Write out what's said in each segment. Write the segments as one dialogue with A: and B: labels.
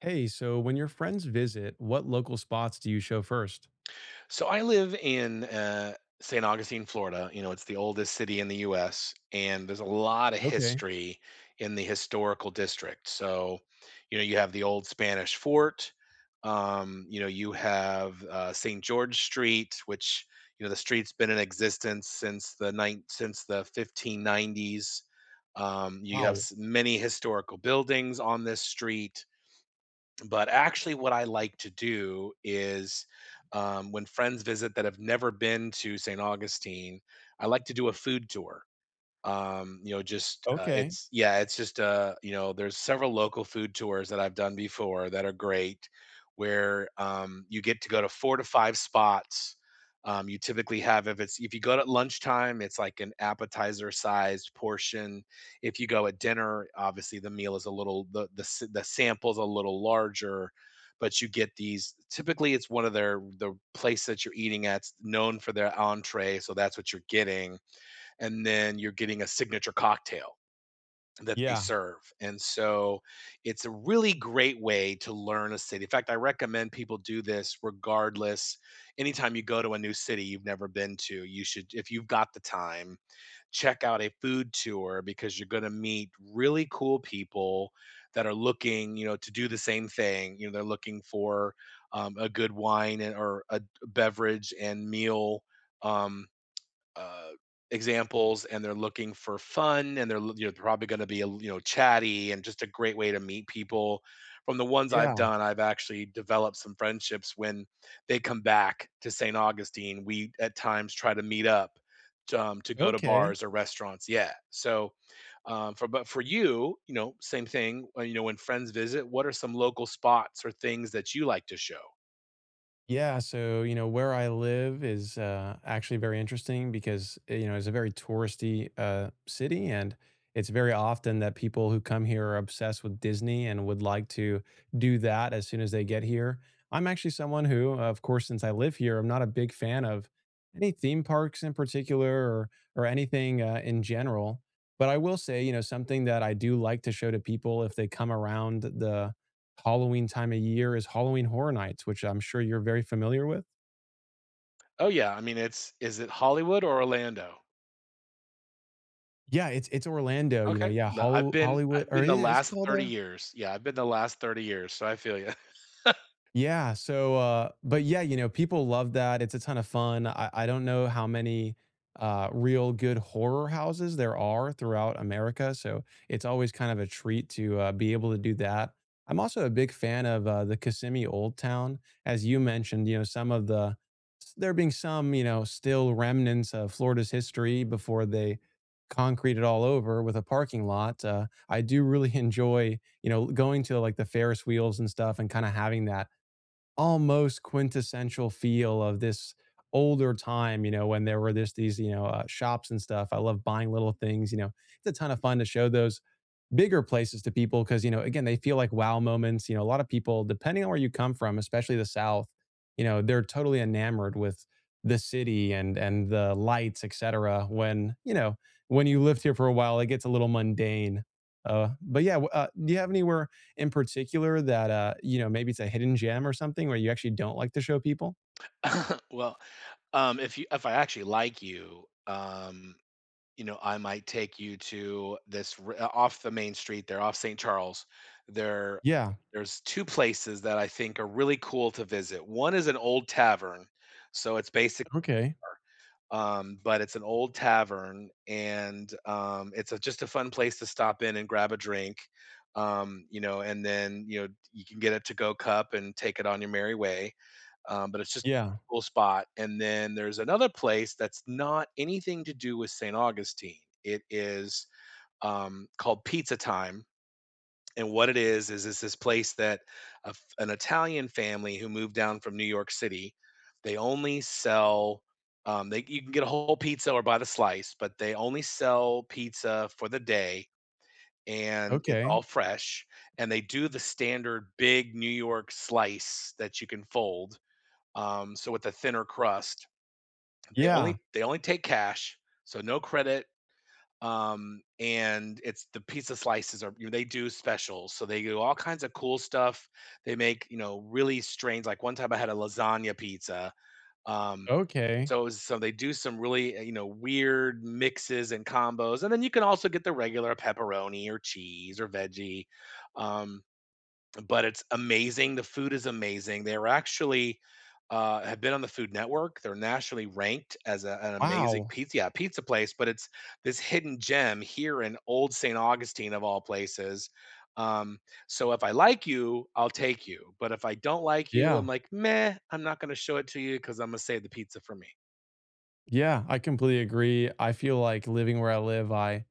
A: Hey, so when your friends visit, what local spots do you show first?
B: So I live in St. Augustine, Florida. It's the oldest city in the U.S., and there's a lot of
A: Okay.
B: history in the historical district. So, you have the old Spanish fort. You have St. George Street, which you know the street's been in existence since the 1590s. You have
A: Wow.
B: many historical buildings on this street. But actually, what I like to do is, when friends visit that have never been to St. Augustine, I like to do a food tour. You know just
A: Okay.
B: it's yeah it's just There's several local food tours that I've done before that are great, where you get to go to four to five spots. You typically have, if it's if you go at lunchtime, it's like an appetizer sized portion. If you go at dinner, obviously the meal is a little the, s- the sample's a little larger. But you get these, typically it's one of their the place that you're eating at's known for their entree, so that's what you're getting. And then you're getting a signature cocktail that they
A: Yeah.
B: serve. And so it's a really great way to learn a city. In fact, I recommend people do this regardless. Anytime you go to a new city you've never been to, you should, if you've got the time, check out a food tour, because you're going to meet really cool people that are looking, to do the same thing. They're looking for a good wine and, or a beverage and meal. Um, uh, examples, and they're looking for fun, and they're you're probably going to be chatty, and just a great way to meet people. From the ones I've
A: Yeah.
B: done, I've actually developed some friendships. When they come back to St. Augustine, we at times try to meet up to go to
A: Okay.
B: bars or restaurants, yeah. So, for but for you, you know same thing. When friends visit, what are some local spots or things that you like to show?
A: Yeah, so, you know, where I live is actually very interesting because, you know, it's a very touristy city. And it's very often that people who come here are obsessed with Disney and would like to do that as soon as they get here. I'm actually someone who, of course, since I live here, I'm not a big fan of any theme parks in particular, or anything in general. But I will say, you know, something that I do like to show to people if they come around the Halloween time of year is Halloween Horror Nights, which I'm sure you're very familiar with.
B: Oh yeah, I mean, it's is it Hollywood or Orlando?
A: Yeah, it's Orlando, you know,
B: Okay.
A: yeah,
B: The
A: Hollo Hollywood
B: I've
A: or
B: been the
A: yeah, is it
B: last
A: called,
B: 30
A: a?
B: years. Yeah, I've been the last 30 years, so I feel you.
A: Yeah, so, but yeah, you know, people love that. It's a ton of fun. I don't know how many, real good horror houses there are throughout America, so it's always kind of a treat to, be able to do that. I'm also a big fan of, the Kissimmee Old Town, as you mentioned, you know, some of the there being some, you know, still remnants of Florida's history before they concrete it all over with a parking lot. Uh, I do really enjoy, you know, going to, like, the Ferris wheels and stuff, and kinda having that almost quintessential feel of this older time, you know, when there were this these, you know, shops and stuff. I love buying little things, you know. It's a ton of fun to show those bigger places to people, because you know, again, they feel like wow moments. You know, a lot of people, depending on where you come from, especially the south, you know, they're totally enamored with the city and the lights, etc. When you know, when you lived here for a while, it gets a little mundane. But yeah, do you have anywhere in particular that uh, you know, maybe it's a hidden gem or something where you actually don't like to show people?
B: Well, if I actually like you, I might take you to this off the main street there, off St. Charles. There,
A: Yeah.
B: there's two places that I think are really cool to visit. One is an old tavern, so it's basically,
A: Okay.
B: but it's an old tavern, and it's just a fun place to stop in and grab a drink. You know, and then you can get a to-go cup and take it on your merry way. But it's just a
A: Yeah.
B: cool spot. And then there's another place that's not anything to do with st augustine. It is, called pizza time. And what it is it's this place that a f an Italian family who moved down from New York City, they only sell, they you can get a whole pizza or by the slice, but they only sell pizza for the day, and it's all
A: Okay.
B: fresh. And they do the standard big New York slice that you can fold, so with a thinner crust.
A: Yeah.
B: They only take cash, so no credit, and it's the pizza slices are, you know, they do specials, so they do all kinds of cool stuff. They make, really strange, like one time I had a lasagna pizza. um
A: Okay.
B: so it was, so they do some really weird mixes and combos, and then you can also get the regular pepperoni or cheese or veggie. um but it's amazing. The food is amazing. They're actually, have been on the Food Network. They're nationally ranked as an amazing
A: Wow.
B: pizza place, but it's this hidden gem here in Old St. Augustine of all places. Um, so if I like you, I'll take you. But if I don't like you, I'm
A: Yeah.
B: like, meh, I'm not going to show it to you because I'm going to save the pizza for me.
A: Yeah, I completely agree. I feel like living where I live, I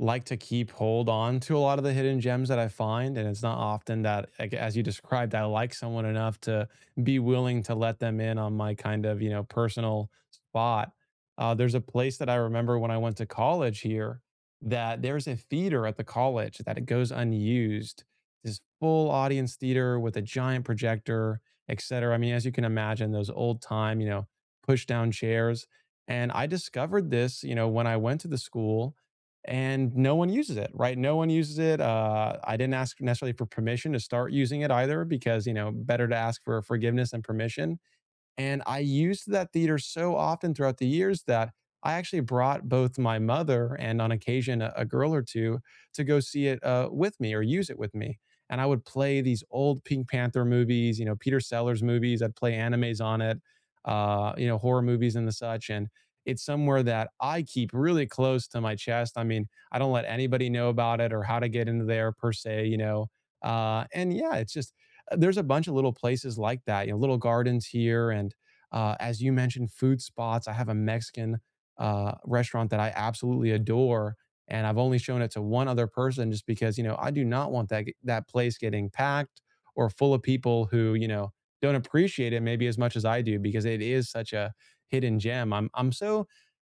A: like to keep hold on to a lot of the hidden gems that I find. And it's not often that, like, as you described, I like someone enough to be willing to let them in on my kind of, you know, personal spot. There's a place that I remember when I went to college here, that there's a theater at the college that it goes unused. This full audience theater with a giant projector, et cetera. I mean, as you can imagine, those old time, you know, push down chairs. And I discovered this, you know, when I went to the school and no one uses it, right? No one uses it. I didn't ask necessarily for permission to start using it either, because you know, better to ask for forgiveness and permission. And I used that theater so often throughout the years that I actually brought both my mother and, on occasion, a girl or two to go see it with me or use it with me. And I would play these old Pink Panther movies, you know, Peter Sellers movies. I'd play animes on it, you know, horror movies and the such. And it's somewhere that I keep really close to my chest. I mean, I don't let anybody know about it or how to get into there per se, you know. And yeah, it's just there's a bunch of little places like that, you know, little gardens here. And as you mentioned, food spots. I have a Mexican restaurant that I absolutely adore. And I've only shown it to one other person, just because, you know, I do not want that place getting packed or full of people who, you know, don't appreciate it maybe as much as I do, because it is such a hidden gem. I'm so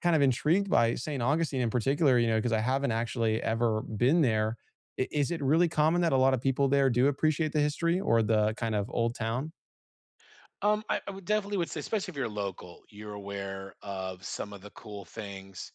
A: kind of intrigued by St. Augustine in particular, you know, because I haven't actually ever been there. Is it really common that a lot of people there do appreciate the history or the kind of old town?
B: I would definitely would say, especially if you're local, you're aware of some of the cool things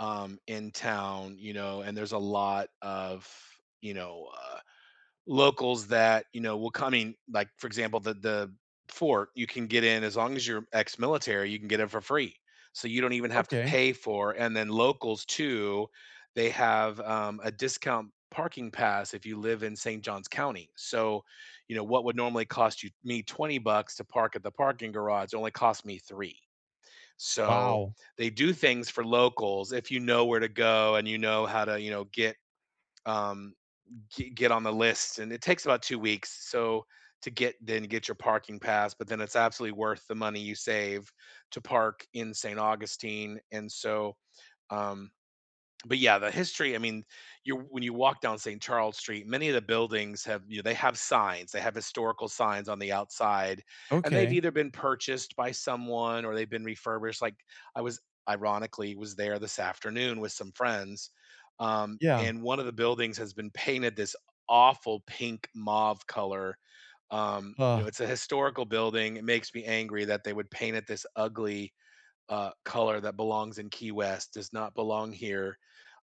B: in town. And there's a lot of, you know, uh, locals that, will come in, like, for example, the fort, you can get in as long as you're ex military, you can get in for free. So you don't even have to
A: Okay.
B: pay for, and then locals too, they have a discount parking pass if you live in St. John's County. So, what would normally cost you me 20 bucks to park at the parking garage only cost me three. So
A: Wow.
B: they do things for locals if you know where to go and you know how to, get um, get on the list. And it takes about 2 weeks so to get then get your parking pass, but then it's absolutely worth the money you save to park in St. Augustine. And so um, but yeah, the history. I mean, you when you walk down St. Charles Street, many of the buildings have you know they have signs. They have historical signs on the outside, and they've
A: Okay.
B: either been purchased by someone or they've been refurbished. Like I was ironically was there this afternoon with some friends,
A: Yeah.
B: and one of the buildings has been painted this awful pink mauve color.
A: Uh,
B: It's a historical building. It makes me angry that they would paint it this ugly color that belongs in Key West, does not belong here.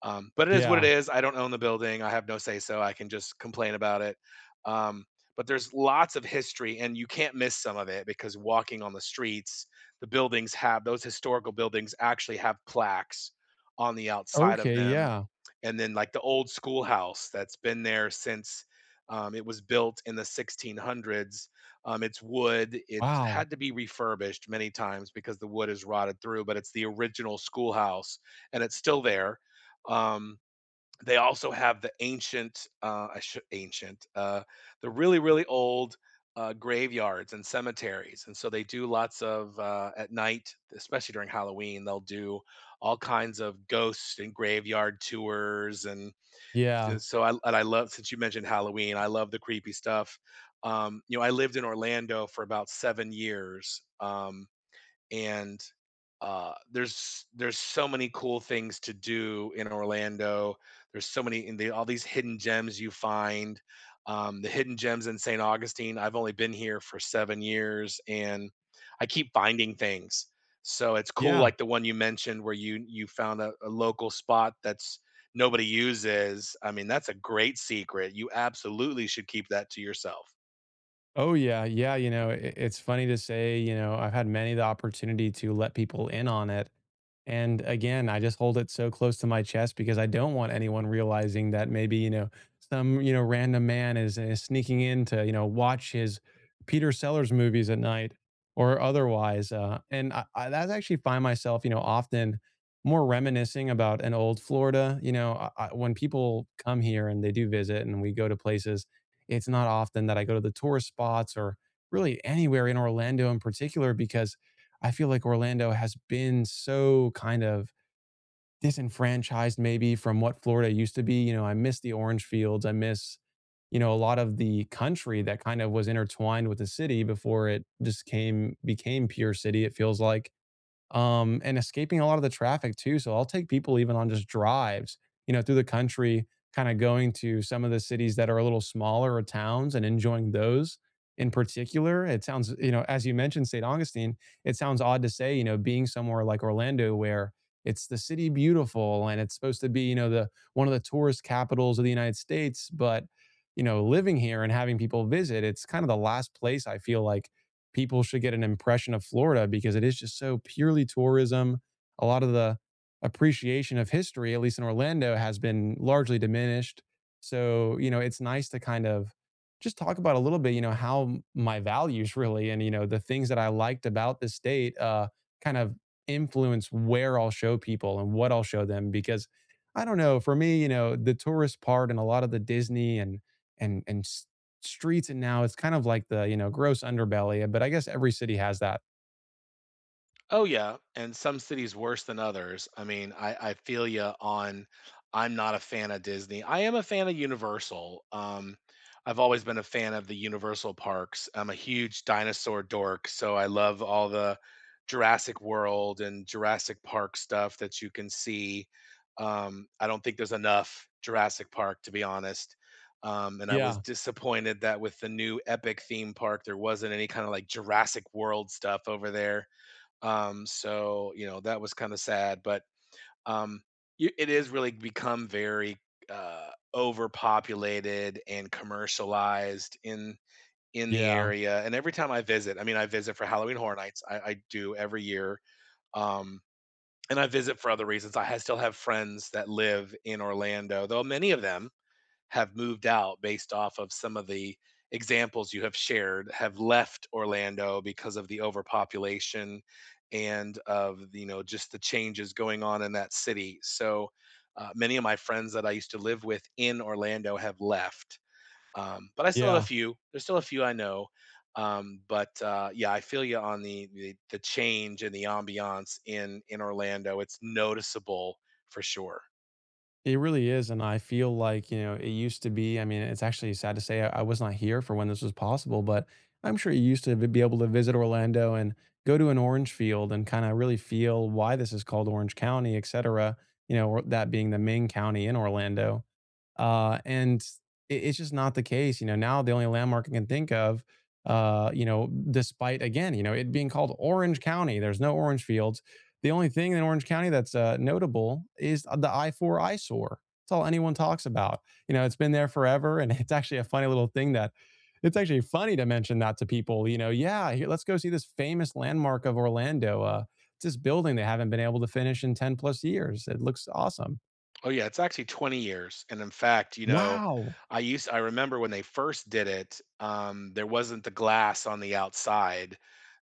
B: But it is what it
A: yeah.
B: is. I don't own the building. I have no say so. I can just complain about it. Um, but there's lots of history, and you can't miss some of it because walking on the streets, the buildings have those historical buildings actually have plaques on the outside of
A: Okay.
B: them.
A: Yeah.
B: And then, like the old schoolhouse that's been there since it was built in the 1600s. It's wood. It's
A: Wow.
B: had to be refurbished many times because the wood is rotted through, but it's the original schoolhouse and it's still there. Um, they also have the ancient, I should ancient, the really, really old graveyards and cemeteries. And so they do lots of, at night, especially during Halloween, they'll do all kinds of ghost and graveyard tours. And
A: Yeah.
B: I love, since you mentioned Halloween, I love the creepy stuff. I lived in Orlando for about 7 years. And there's so many cool things to do in Orlando. There's so many, in the all these hidden gems you find. The hidden gems in St. Augustine, I've only been here for 7 years, and I keep finding things. So it's cool,
A: Yeah.
B: like the one you mentioned, where you found a local spot that's nobody uses. I mean, that's a great secret. You absolutely should keep that to yourself.
A: Oh, yeah. Yeah, you know, it it's funny to say, you know, I've had many the opportunity to let people in on it, and again, I just hold it so close to my chest, because I don't want anyone realizing that maybe, you know, some, you know, random man is sneaking in to, you know, watch his Peter Sellers movies at night or otherwise. Uh, and I that's actually find myself, you know, often more reminiscing about an old Florida. You know, I when people come here and they do visit and we go to places, it's not often that I go to the tourist spots or really anywhere in Orlando in particular, because I feel like Orlando has been so kind of disenfranchised maybe from what Florida used to be. You know, I miss the orange fields. I miss, you know, a lot of the country that kind of was intertwined with the city before it just came became pure city, it feels like. And escaping a lot of the traffic too. So I'll take people even on just drives, you know, through the country, kind of going to some of the cities that are a little smaller or towns and enjoying those in particular. It sounds, you know, as you mentioned, St. Augustine, it sounds odd to say, you know, being somewhere like Orlando where it's the city beautiful and it's supposed to be, you know, the one of the tourist capitals of the United States, but you know, living here and having people visit, it's kind of the last place I feel like people should get an impression of Florida, because it is just so purely tourism. A lot of the appreciation of history, at least in Orlando, has been largely diminished. So, you know, it's nice to kind of just talk about a little bit, you know, how my values really, and, you know, the things that I liked about the state kind of influence where I'll show people and what I'll show them. Because I don't know, for me, you know, the tourist part and a lot of the Disney and streets, and now it's kind of like the, you know, gross underbelly, but I guess every city has that.
B: Oh yeah, and some cities worse than others. I mean, I feel you on. I'm not a fan of Disney. I am a fan of Universal. I've always been a fan of the Universal parks. I'm a huge dinosaur dork, so I love all the Jurassic World and Jurassic Park stuff that you can see. I don't think there's enough Jurassic Park, to be honest. And I was
A: Yeah.
B: disappointed that with the new Epic theme park, there wasn't any kind of like Jurassic World stuff over there, so that was kind of sad, but um, it is really become very overpopulated and commercialized in the
A: Yeah.
B: area. And every time I visit, I mean, I visit for Halloween Horror Nights. I do every year, um, and I visit for other reasons. I still have friends that live in Orlando, though many of them have moved out, based off of some of the examples you have shared, have left Orlando because of the overpopulation and of, just the changes going on in that city. So many of my friends that I used to live with in Orlando have left, but I still have
A: Yeah.
B: a few. There's still a few I know, but yeah, I feel you on the change and the ambiance in Orlando. It's noticeable for sure.
A: It really is. And I feel like, you know, it used to be, I mean, it's actually sad to say I was not here for when this was possible, but I'm sure you used to be able to visit Orlando and go to an orange field and kind of really feel why this is called Orange County, et cetera. You know, or that being the main county in Orlando. And it, it's just not the case. You know, now the only landmark I can think of, you know, despite again, you know, it being called Orange County, there's no orange fields. The only thing in Orange County that's notable is the I 4 eyesore. That's all anyone talks about. You know, it's been there forever. And it's actually a funny little thing that it's actually funny to mention that to people. You know, yeah, here, let's go see this famous landmark of Orlando. It's this building they haven't been able to finish in 10 plus years. It looks awesome.
B: Oh yeah, it's actually 20 years. And in fact,
A: Wow.
B: I remember when they first did it. There wasn't the glass on the outside.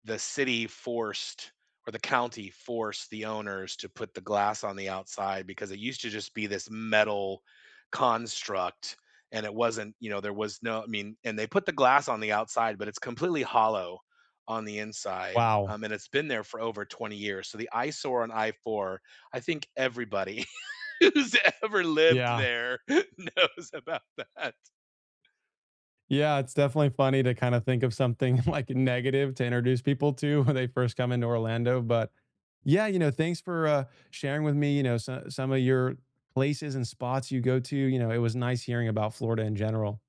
B: The city forced, or the county forced the owners to put the glass on the outside, because it used to just be this metal construct, and it wasn't, there was no, I mean, and they put the glass on the outside, but it's completely hollow on the inside.
A: Wow.
B: And it's been there for over 20 years. So the eyesore on I-4, I think everybody who's ever lived
A: Yeah.
B: there knows about that.
A: Yeah, it's definitely funny to kind of think of something, like, negative to introduce people to when they first come into Orlando, but, yeah, you know, thanks for, sharing with me, you know, so some of your places and spots you go to. You know, it was nice hearing about Florida in general.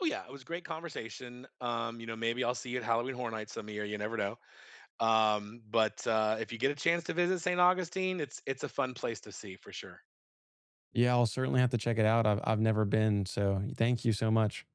B: Oh yeah, it was a great conversation. Maybe I'll see you at Halloween Horror Nights some year. You never know. But if you get a chance to visit St. Augustine, it's a fun place to see for sure.
A: Yeah, I'll certainly have to check it out. I've never been, so thank you so much.